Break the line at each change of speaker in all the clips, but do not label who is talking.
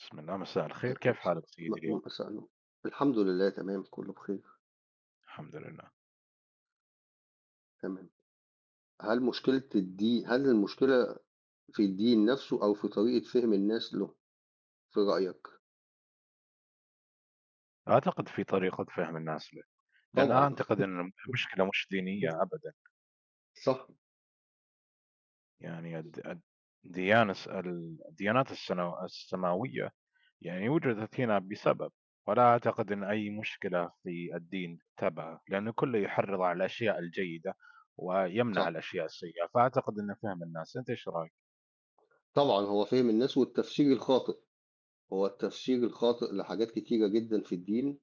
بسم الله، مساء الخير. كيف حالك سيدي اليوم؟
أسأله. الحمد لله تمام، كله بخير،
الحمد لله.
تمام. هل المشكلة في الدين نفسه أو في طريقة فهم الناس له في رأيك؟
أعتقد في طريقة فهم الناس له. لأن
طبعًا،
أعتقد أن المشكلة مش دينية أبدا.
صح،
يعني الديانة الس- السماوية يعني وجدت هنا بسبب، ولا أعتقد أن أي مشكلة في الدين تبعه، لأنه كله يحرض على الأشياء الجيدة ويمنع
صح.
الأشياء السيئة. فأعتقد أن فهم الناس. أنت إيش رأيك؟
طبعًا هو فهم الناس والتفسير الخاطئ، هو التفسير الخاطئ لحاجات كتيرة جدًا في الدين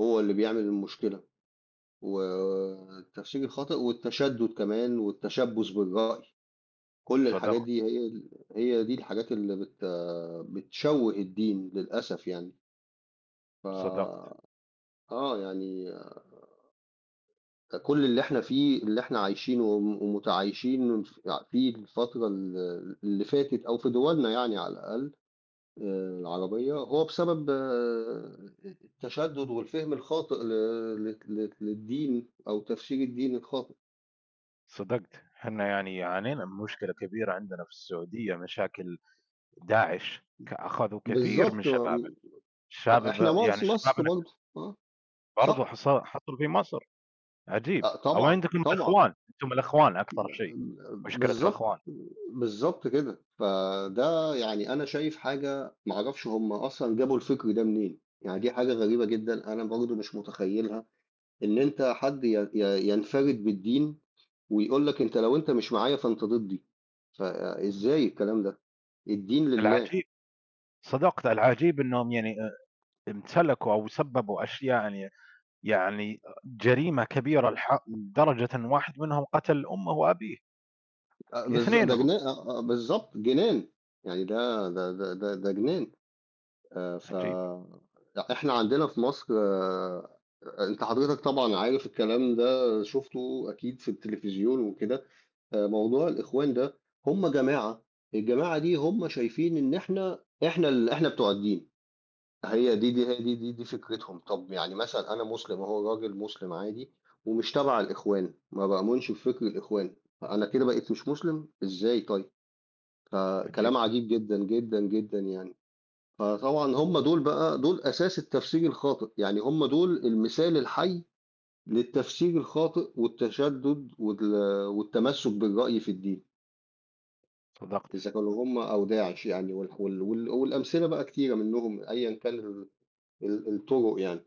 هو اللي بيعمل المشكلة، والتفسير الخاطئ والتشدُّد كمان والتشبُّث بالرأي، كل الحاجات
صدقت.
دي هي دي الحاجات اللي بتشوِّه الدين للأسف يعني. ف
صدقت.
آه، يعني كل اللي إحنا فيه اللي إحنا عايشينه وم ومتعايشين فيه الفترة اللي فاتت أو في دولنا يعني على الأقل العربية، هو بسبب التشدد والفهم الخاطئ ل ل ل للدين أو تفسير الدين الخاطئ.
صدقت، احنا يعني عانينا من مشكلة كبيرة عندنا في السعودية، مشاكل داعش، أخذوا كثير من
بالضبط.
شبابه، شباب
إحنا
يعني
مصر
شبابنا.
برضه، آه،
برضه
صح،
حصلوا في مصر، عجيب. أو
طبعًا،
عندكم
طبعًا.
الإخوان، أنتم الإخوان أكثر شيء، مشكلة
بالضبط،
الإخوان.
بالضبط كده. فده يعني أنا شايف حاجة ما أعرفش هم أصلًا جابوا الفكر ده منين، يعني دي حاجة غريبة جدًا أنا برضه مش متخيّلها، إن أنت حد ي ي ينفرد بالدين ويقول لك أنت لو أنت مش معايا فأنت ضدي، فإزاي الكلام ده؟ الدين لله.
العجيب، صدقت. العجيب إنهم يعني أ امتلكوا أو سببوا أشياء، يعني يعني جريمة كبيرة لدرجة إن واحد منهم قتل أمه وأبيه،
أ بالض ده
اثنينهم.
جنا أ أ بالضبط جنان، يعني ده جنان. ف
عجيب.
إحنا عندنا في مصر أنت حضرتك طبعًا عارف الكلام ده، شُفته أكيد في التليفزيون وكده. موضوع الإخوان ده هم جماعة، الجماعة دي هم شايفين إن إحنا بتوع الدين، هي دي دي هي دي دي دي فكرتهم. طَب يعني مثلًا أنا مسلم أهو، راجل مسلم عادي ومش تبع الإخوان، ما بأؤمنش بفكر الإخوان، فأنا كده بقيت مش مسلم؟ إزاي طيب؟
عجيب.
فكلام عجيب جدًا، جدًا، جدًا يعني. فطبعًا هم دول بقى أساس التفسير الخاطئ، يعني هم دول المثال الحي للتفسير الخاطئ والتشدد والتمسّك بالرأي في الدين،
صدقت.
إذا كانوا هم أو داعش يعني والأمثلة بقى كتيرة منهم أيًا كان ال ال الطرق يعني.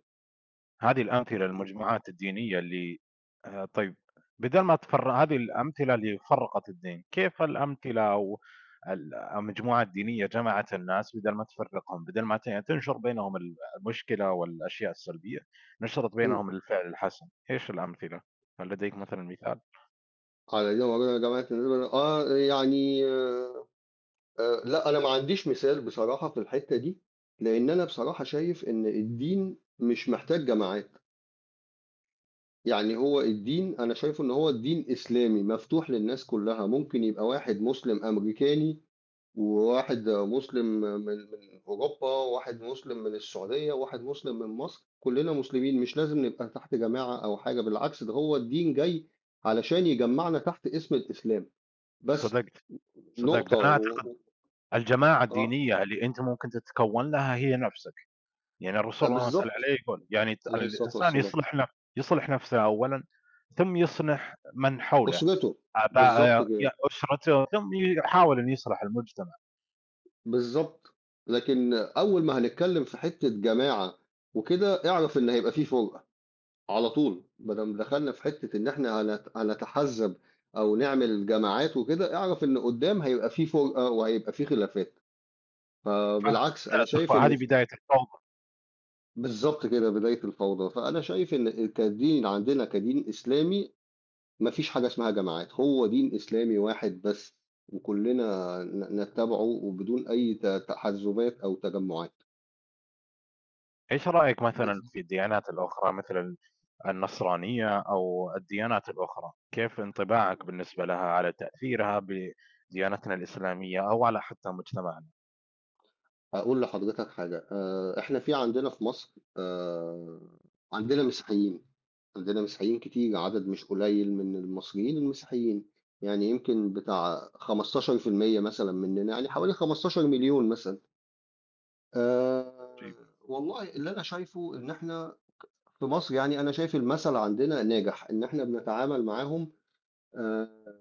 هذه الأمثلة للمجموعات الدينية اللي آآ، طيب، بدال ما تفر هذه الأمثلة اللي فرّقت الدين، كيف الأمثلة أو المجموعة الدينية جمعت الناس بدل ما تفرّقهم، بدل ما يعني تنشر بينهم المشكلة والأشياء السلبية، نشرت
إمم.
بينهم الفعل الحسن؟ إيش الأمثلة؟ هل لديك مثلًا مثال؟
على دين مولانا جماعة النسبة. آه، يعني لأ، أنا ما عنديش مثال بصراحة في الحتّة دي، لإن أنا بصراحة شايف إن الدين مش محتاج جماعات. يعني هو الدين أنا شايفه إن هو الدين إسلامي مفتوح للناس كلها ممكن يبقى واحد مسلم أمريكاني وواحد مسلم من أوروبا وواحد مسلم من السعودية وواحد مسلم من مصر كلنا مسلمين مش لازم نبقى تحت جماعة أو حاجة بالعكس ده هو الدين جاي علشان يجمعنا تحت اسم الإسلام بس
صدقت. صدقت،
نقطة
أنا
و...
أعتقد
و-
الجماعة الدينية اللي أنت ممكن تتكوّن لها هي نفسها. يعني
آه،
الرسول الله صلى الله عليه
بالظبط.
وسلم يقول، يعني
عليه الصلاة
الإنسان
والسلام.
يصلح نفسه أولًا، ثم يصلح من حوله،
أسرته. بالظبط
آبائه،
كده.
أسرته، ثم يحاول أن يصلح المجتمع.
بالضبط. لكن أول ما هنتكلّم في حتّة جماعة وكده، اعرف إن هيبقى في فُرقة على طول، ما دام دخلنا في حتّة إن إحنا هنتحزّب أو نعمل جماعات وكده، اعرف إن قدّام هيبقى في فُرقة وهيبقى في خلافات، فبالعكس أنا
فبدأت الف
شايف إن
هذه
ف
بداية الفوضى.
بالضبط كده بداية الفوضى، فأنا شايف إن كدين عندنا كدين إسلامي ما فيش حاجة اسمها جماعات، هو دين إسلامي واحد بس وكلّنا نتّبعه وبدون أي تحزُّبات أو تجمُّعات،
إيش رأيك مثلًا
بس.
في الديانات الأخرى، مثل النصرانية أو الديانات الأخرى؟ كيف انطباعك بالنسبة لها على تأثيرها بديانتنا الإسلامية أو على حتى مجتمعنا؟
هاقول لحضرتك حاجة، إحنا عندنا في مصر عندنا مسيحيين، عندنا مسيحيين كتير، عدد مش قليل من المصريين المسيحيين، يعني يمكن بتاع 15% مثلًا مننا، يعني حوالي 15.000.000 مثلًا. آآ
جيد.
والله اللي أنا شايفه إن إحنا في مصر يعني أنا شايف المثل عندنا ناجح، إن إحنا بنتعامل معاهم آآ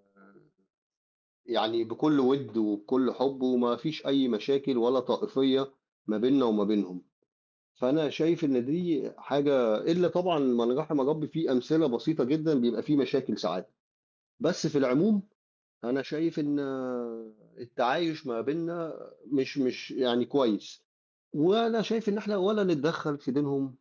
يعني بكل وِد وبكل حُب وما فيش أي مشاكل ولا طائفية ما بيننا وما بينهم. فأنا شايف إن دي حاجة إلا طبعًا من رحم ربي في أمثلة بسيطة جدًا بيبقى في مشاكل ساعات، بس في العموم أنا شايف إن التعايش ما بيننا مش يعني كويس، وأنا شايف إن إحنا ولا نتدخّل في دينهم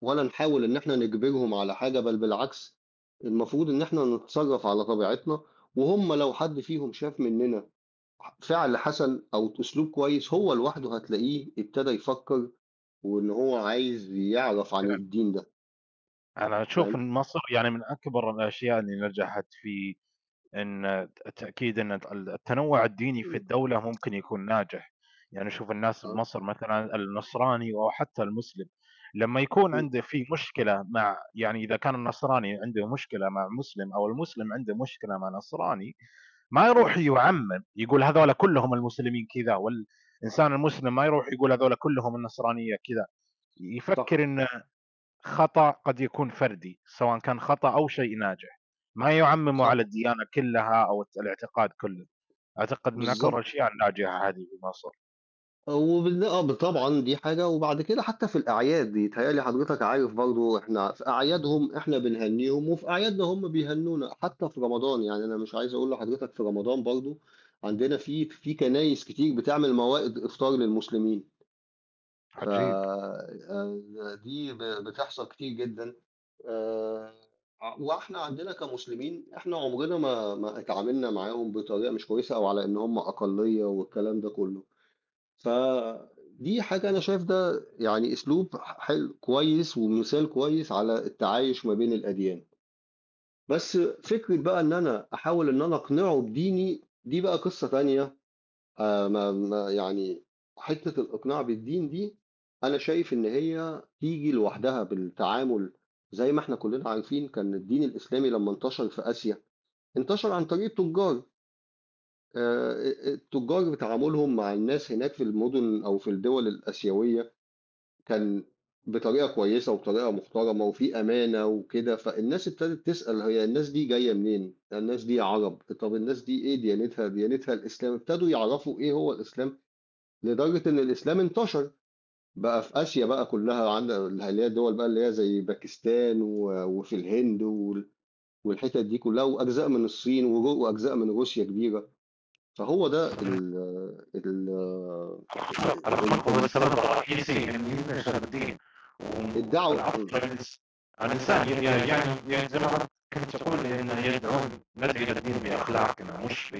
ولا نحاول إن إحنا نجبرهم على حاجة، بل بالعكس المفروض إن إحنا نتصرّف على طبيعتنا، وهُم لو حد فيهم شاف مننا فعل حسن أو أسلوب كويس هو لوحده هتلاقيه ابتدى يفكّر وإن هو عايز يعرف عن الدين ده،
أنا أشوف
فاهم؟
إن مصر يعني من أكبر الأشياء اللي نجحت في إن التأكيد إن التنوّع الديني في
إمم،
الدولة ممكن يكون ناجح. يعني شوف الناس
آه،
بمصر مثلًا، النصراني أو حتى المسلم، لمّا يكون
إمم،
عنده في مشكلة مع، يعني إذا كان النصراني عنده مشكلة مع مسلم أو المسلم عنده مشكلة مع نصراني، ما يروح
آه،
يُعمّم، يقول هذولا كلّهم المسلمين كذا، والإنسان المسلم ما يروح يقول هذولا كلّهم النصرانية كذا. يفكّر
صح،
إن خطأ قد يكون فردي، سواء كان خطأ أو شيء ناجح. ما يُعمّموا
صح،
على الديانة كلّها أو الاعتقاد كلّه. أعتقد من أكبر
بالضبط.
الأشياء الناجحة هذه في مصر.
وبالن آه، طبعًا دي حاجة وبعد كده حتى في الأعياد، يتهيأ لي حضرتك عارف برضه إحنا في أعيادهم إحنا بنهنّيهم وفي أعيادنا هم بيهنّونا، حتى في رمضان، يعني أنا مش عايز أقول لحضرتك في رمضان برضه عندنا في كنايس كتير بتعمل موائد إفطار للمسلمين. ف
عجيب.
دي بتحصل كتير جدًا آآ، وإحنا عندنا كمسلمين إحنا عمرنا ما اتعاملنا معاهم بطريقة مش كويسة أو على إن هم أقلية والكلام ده كله، فدي حاجة أنا شايف ده يعني أسلوب حلو كويس ومثال كويس على التعايش ما بين الأديان، بس فكرة بقى إن أنا أحاول إن أنا أقنعه بديني دي بقى قصة تانية ما يعني حتّة الإقناع بالدين دي، أنا شايف إن هي تيجي لوحدها بالتعامل، زي ما إحنا كُلّنا عارفين كان الدين الإسلامي لمّا انتشر في آسيا، انتشر عن طريق التُجّار، أ التُجّار بتعاملهم مع الناس هناك في المدن أو في الدول الآسيوية كان بطريقة كويسة وبطريقة محترمة وفي أمانة وكده، فالناس ابتدت تسأل هي الناس دي جاية منين؟ الناس دي عرب، طَب الناس دي إيه ديانتها؟ ديانتها الإسلام، ابتدوا يعرفوا إيه هو الإسلام. لدرجة إن الإسلام انتشر بقى في آسيا بقى كلها عند اللي هي الدول بقى اللي هي زي باكستان وفي الهند والحتت دي كلها وأجزاء من الصين وأجزاء من روسيا كبيرة فهو ده
صدق.
ال
الأخلاق،
ال-
الأخلاق هو
ال-
السبب الرئيسي إن الناس شادين،
الدعوة.
والعطف على على الإنسان، ي ي يعني يعني زي ما كنت تقول، إنه يدعون الناس إلى الدين بأخلاقنا، مش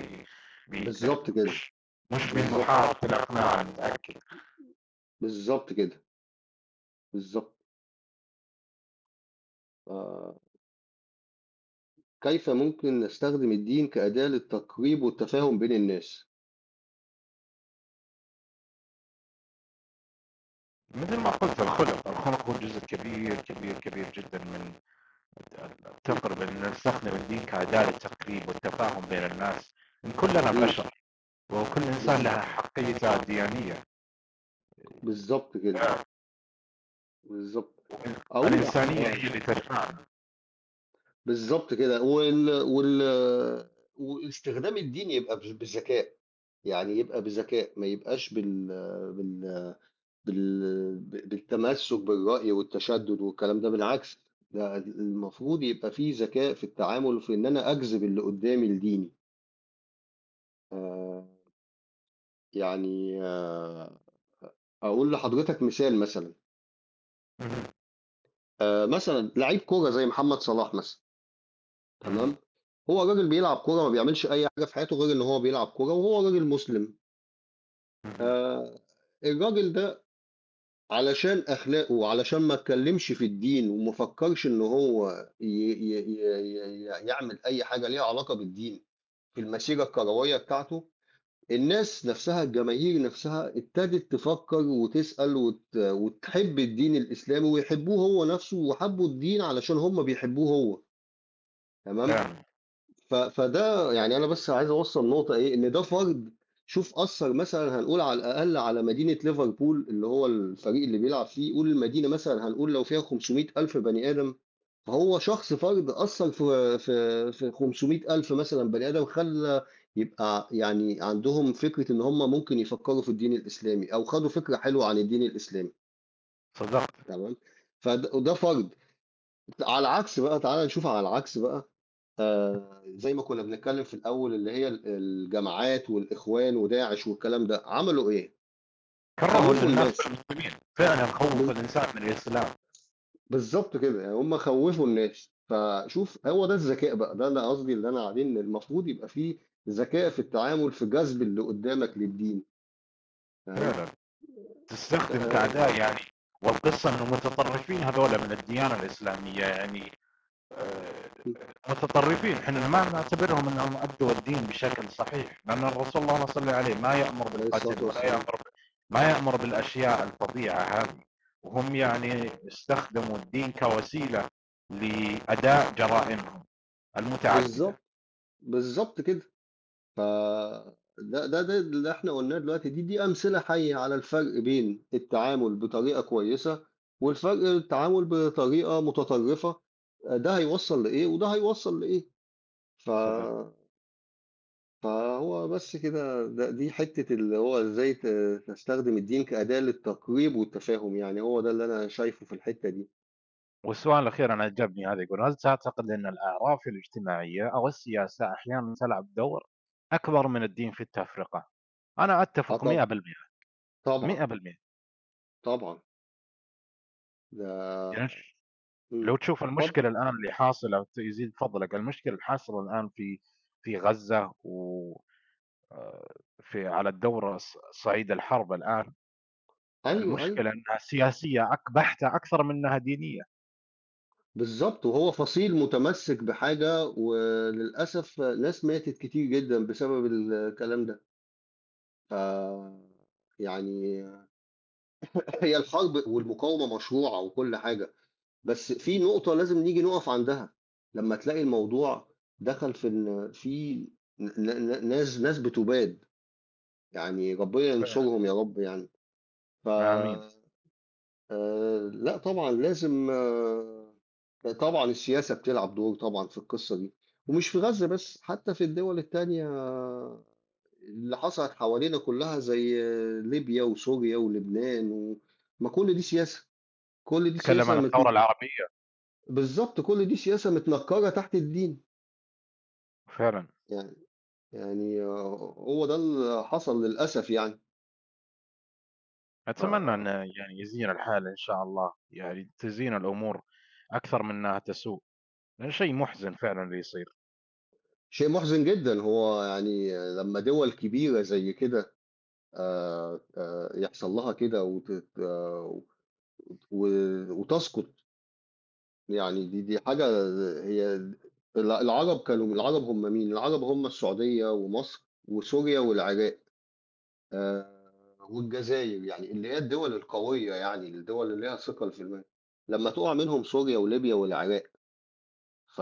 ب ب
بالظبط كده،
مش
بالظبط،
بالمحاولة الإقناع، أنا متأكد.
بالظبط كده، بالظبط. آه، كيف ممكن نستخدم الدين كأداة للتقريب والتفاهم بين الناس؟
مثل ما قلت، الخلق، الخلق هو جزء كبير كبير كبير جدا من
م-
تقرب ان نستخدم الدين كأداة للتقريب والتفاهم بين الناس. إن كلنا
م.
بشر، وكل إنسان
بالز-
لها حقيتها الديانية،
بالظبط كده، بالظبط، أقول لا
والإنسانية هي اللي تجمعنا.
بالضبط كده، وال وال واستخدام الدين يبقى بذكاء، يعني يبقى بذكاء ما يبقاش بال بالتمسّك بالرأي والتشدُّد والكلام ده، بالعكس ده المفروض يبقى في ذكاء في التعامل وفي إن أنا أجذب اللي قدّامي لديني، آآ يعني أقول لحضرتك مثال مثلًا،
مهم.
مثلًا لعيب كورة زي محمد صلاح مثلًا تمام،
مهم.
هو راجل بيلعب كورة ما بيعملش أي حاجة في حياته غير إن هو بيلعب كورة وهو راجل مسلم.
مهم.
آه، الراجل ده علشان أخلاقه وعلشان ما اتكلمش في الدين وما فكرش إن هو ي ي ي ي يعمل أي حاجة ليها علاقة بالدين في المسيرة الكروية بتاعته، الناس نفسها الجماهير نفسها ابتدت تفكر وتسأل وتحب الدين الإسلامي ويحبوه هو نفسه وحبوا الدين علشان هم بيحبوه هو، تمام؟
فعلا.
فده يعني أنا بس عايز أوصّل نقطة إيه، إن ده فرد شوف أثّر مثلًا هنقول على الأقل على مدينة ليفربول اللي هو الفريق اللي بيلعب فيه، قُل المدينة مثلًا هنقول لو فيها 500,000 بني آدم، فهو شخص فرد أثّر في 500,000 مثلًا بني آدم، خلّى يبقى يعني عندهم فكرة إن هم ممكن يفكّروا في الدين الإسلامي أو خدوا فكرة حلوة عن الدين الإسلامي
صدقت.
تمام، وده فرد، على العكس بقى تعالَ نشوف على العكس بقى آه، زي ما كنا بنتكلم في الأول اللي هي الجماعات والإخوان وداعش والكلام ده عملوا إيه؟
كرهوا
خوفوا
للناس في
الناس.
المسلمين، فعلا خوف
بز-
الإنسان من الإسلام.
بالظبط كده يعني هم خوفوا الناس فشوف هو ده الذكاء بقى ده أنا قصدي اللي أنا قاعدين إن المفروض يبقى فيه ذكاء في التعامل في جذب اللي قدامك للدين تمام؟
فعلا تستخدم
آه،
كأداة يعني. والقصة أنه متطرفين هذول من الديانة الإسلامية، يعني متطرفين احنا ما نعتبرهم انهم ابدوا الدين بشكل صحيح، لان الرسول اللهم صل عليه ما يامر
عليه الصلاة
بالقتل ولا
والسلام.
يامر ب... ما يامر بالاشياء الفظيعه هذه. وهم يعني استخدموا الدين كوسيله لاداء جرائمهم المتعدده.
بالظبط، بالظبط كده. ف ده ده ده اللي إحنا قُلناه دلوقتي، دي أمثلة حيّة على الفرق بين التعامل بطريقة كويسة، والفرق التعامل بطريقة متطرفة، ده هيوصّل لإيه وده هيوصّل لإيه. ف
صدق.
فهو بس كده دي حتّة اللي هو إزاي تستخدم الدين كأداة للتقريب والتفاهم، يعني هو ده اللي أنا شايفه في الحتّة دي.
والسؤال الاخير انا عجبني هذا، يقول هل تعتقد ان الاعراف الاجتماعيه او السياسه احيانا تلعب دور اكبر من الدين في التفرقه؟ انا
آه،
اتفق 100%.
طبعًا،
100%.
طبعًا، ده
يعني
إمم،
لو تشوف
اتفضل.
المشكلة الآن اللي حاصلة، يزيد فضلك، المشكلة الحاصلة الآن في في غزة و آآ، في على الدور الص صعيد الحرب الآن.
أيوه، أيوه.
المشكلة إنها سياسية بحتة، أكثر من إنها دينية.
بالظبط وهو فصيل متمسك بحاجة وللأسف ناس ماتت كتير جدا بسبب الكلام ده ف يعني هي الحرب والمقاومة مشروعة وكل حاجة بس في نقطة لازم نيجي نقف عندها لما تلاقي الموضوع دخل في إن في ناس بتباد يعني ربنا
فعلًا.
ينصرهم يا رب يعني. ف
آمين.
آه، لأ طبعًا لازم طبعًا السياسة بتلعب دور طبعًا في القصة دي، ومش في غزة بس، حتى في الدول التانية اللي حصلت حوالينا كلها زي ليبيا وسوريا ولبنان ما كل دي سياسة، كل دي
تتكلم
سياسة
عن الثورة العربية.
بالضبط، كل دي سياسة متنكرة تحت الدين،
فعلًا.
يعني يعني هو ده اللي حصل للأسف يعني،
أتمنى
فشيء
إن يعني يزين الحال إن شاء الله، يعني تزين الأمور أكثر من إنها تسوء، لأن شيء مُحزن فعلًا اللي يصير.
محزن جدًا، هو يعني لمّا دول كبيرة زي كده يحصل لها كده وتت و وتسقط، يعني دي حاجة هي ال العرب كانوا العرب هم مين؟ العرب هم السعودية ومصر وسوريا والعراق آآ والجزاير، يعني اللي هي الدول القوية يعني، الدول اللي ليها ثقل في لمّا تُقع منهم سوريا وليبيا والعراق، ف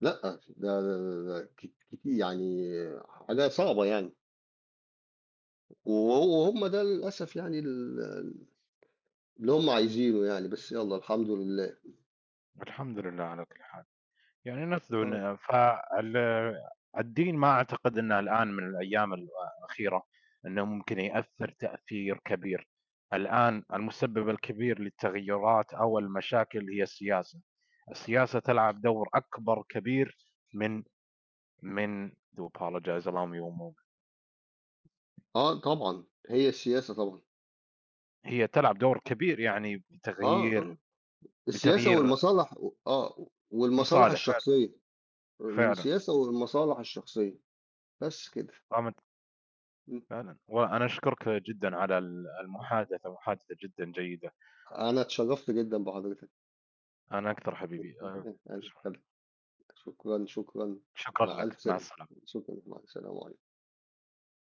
لأ، ده ك كتي يعني حاجة صعبة يعني، وهم ده للأسف يعني اللي هم عايزينه يعني، بس يالّا الحمد لله.
والحمد لله على كل حال. يعني نسدُ.
آه.
فال الدين ما أعتقد إنه الآن من الأيام الأخيرة إنه ممكن يأثّر تأثير كبير. الآن المسبب الكبير للتغيُّرات أو المشاكل هي السياسة. السياسة تلعب دور أكبر كبير من من do apologize allow me one moment.
آه طبعًا، هي السياسة طبعًا.
هي تلعب دور كبير، يعني
آه، آه.
بتغيير،
السياسة
بتغيير
والمصالح و آه، والمصالح
مصالح فعلًا.
الشخصية.
فعلًا.
السياسة والمصالح الشخصية، بس كده.
قامت
إمم.
فعلًا. وأنا أشكرك جدًا على المحادثة، محادثة جدًا جيدة.
أنا اتشرّفت جدًا بحضرتك.
أنا أكتر حبيبي. آه. ش
أنا- شكرًا، شكرًا.
شكرًا
مع ألف
لك، مع
سلامة.
السلامة.
شكرًا، مع السلامة.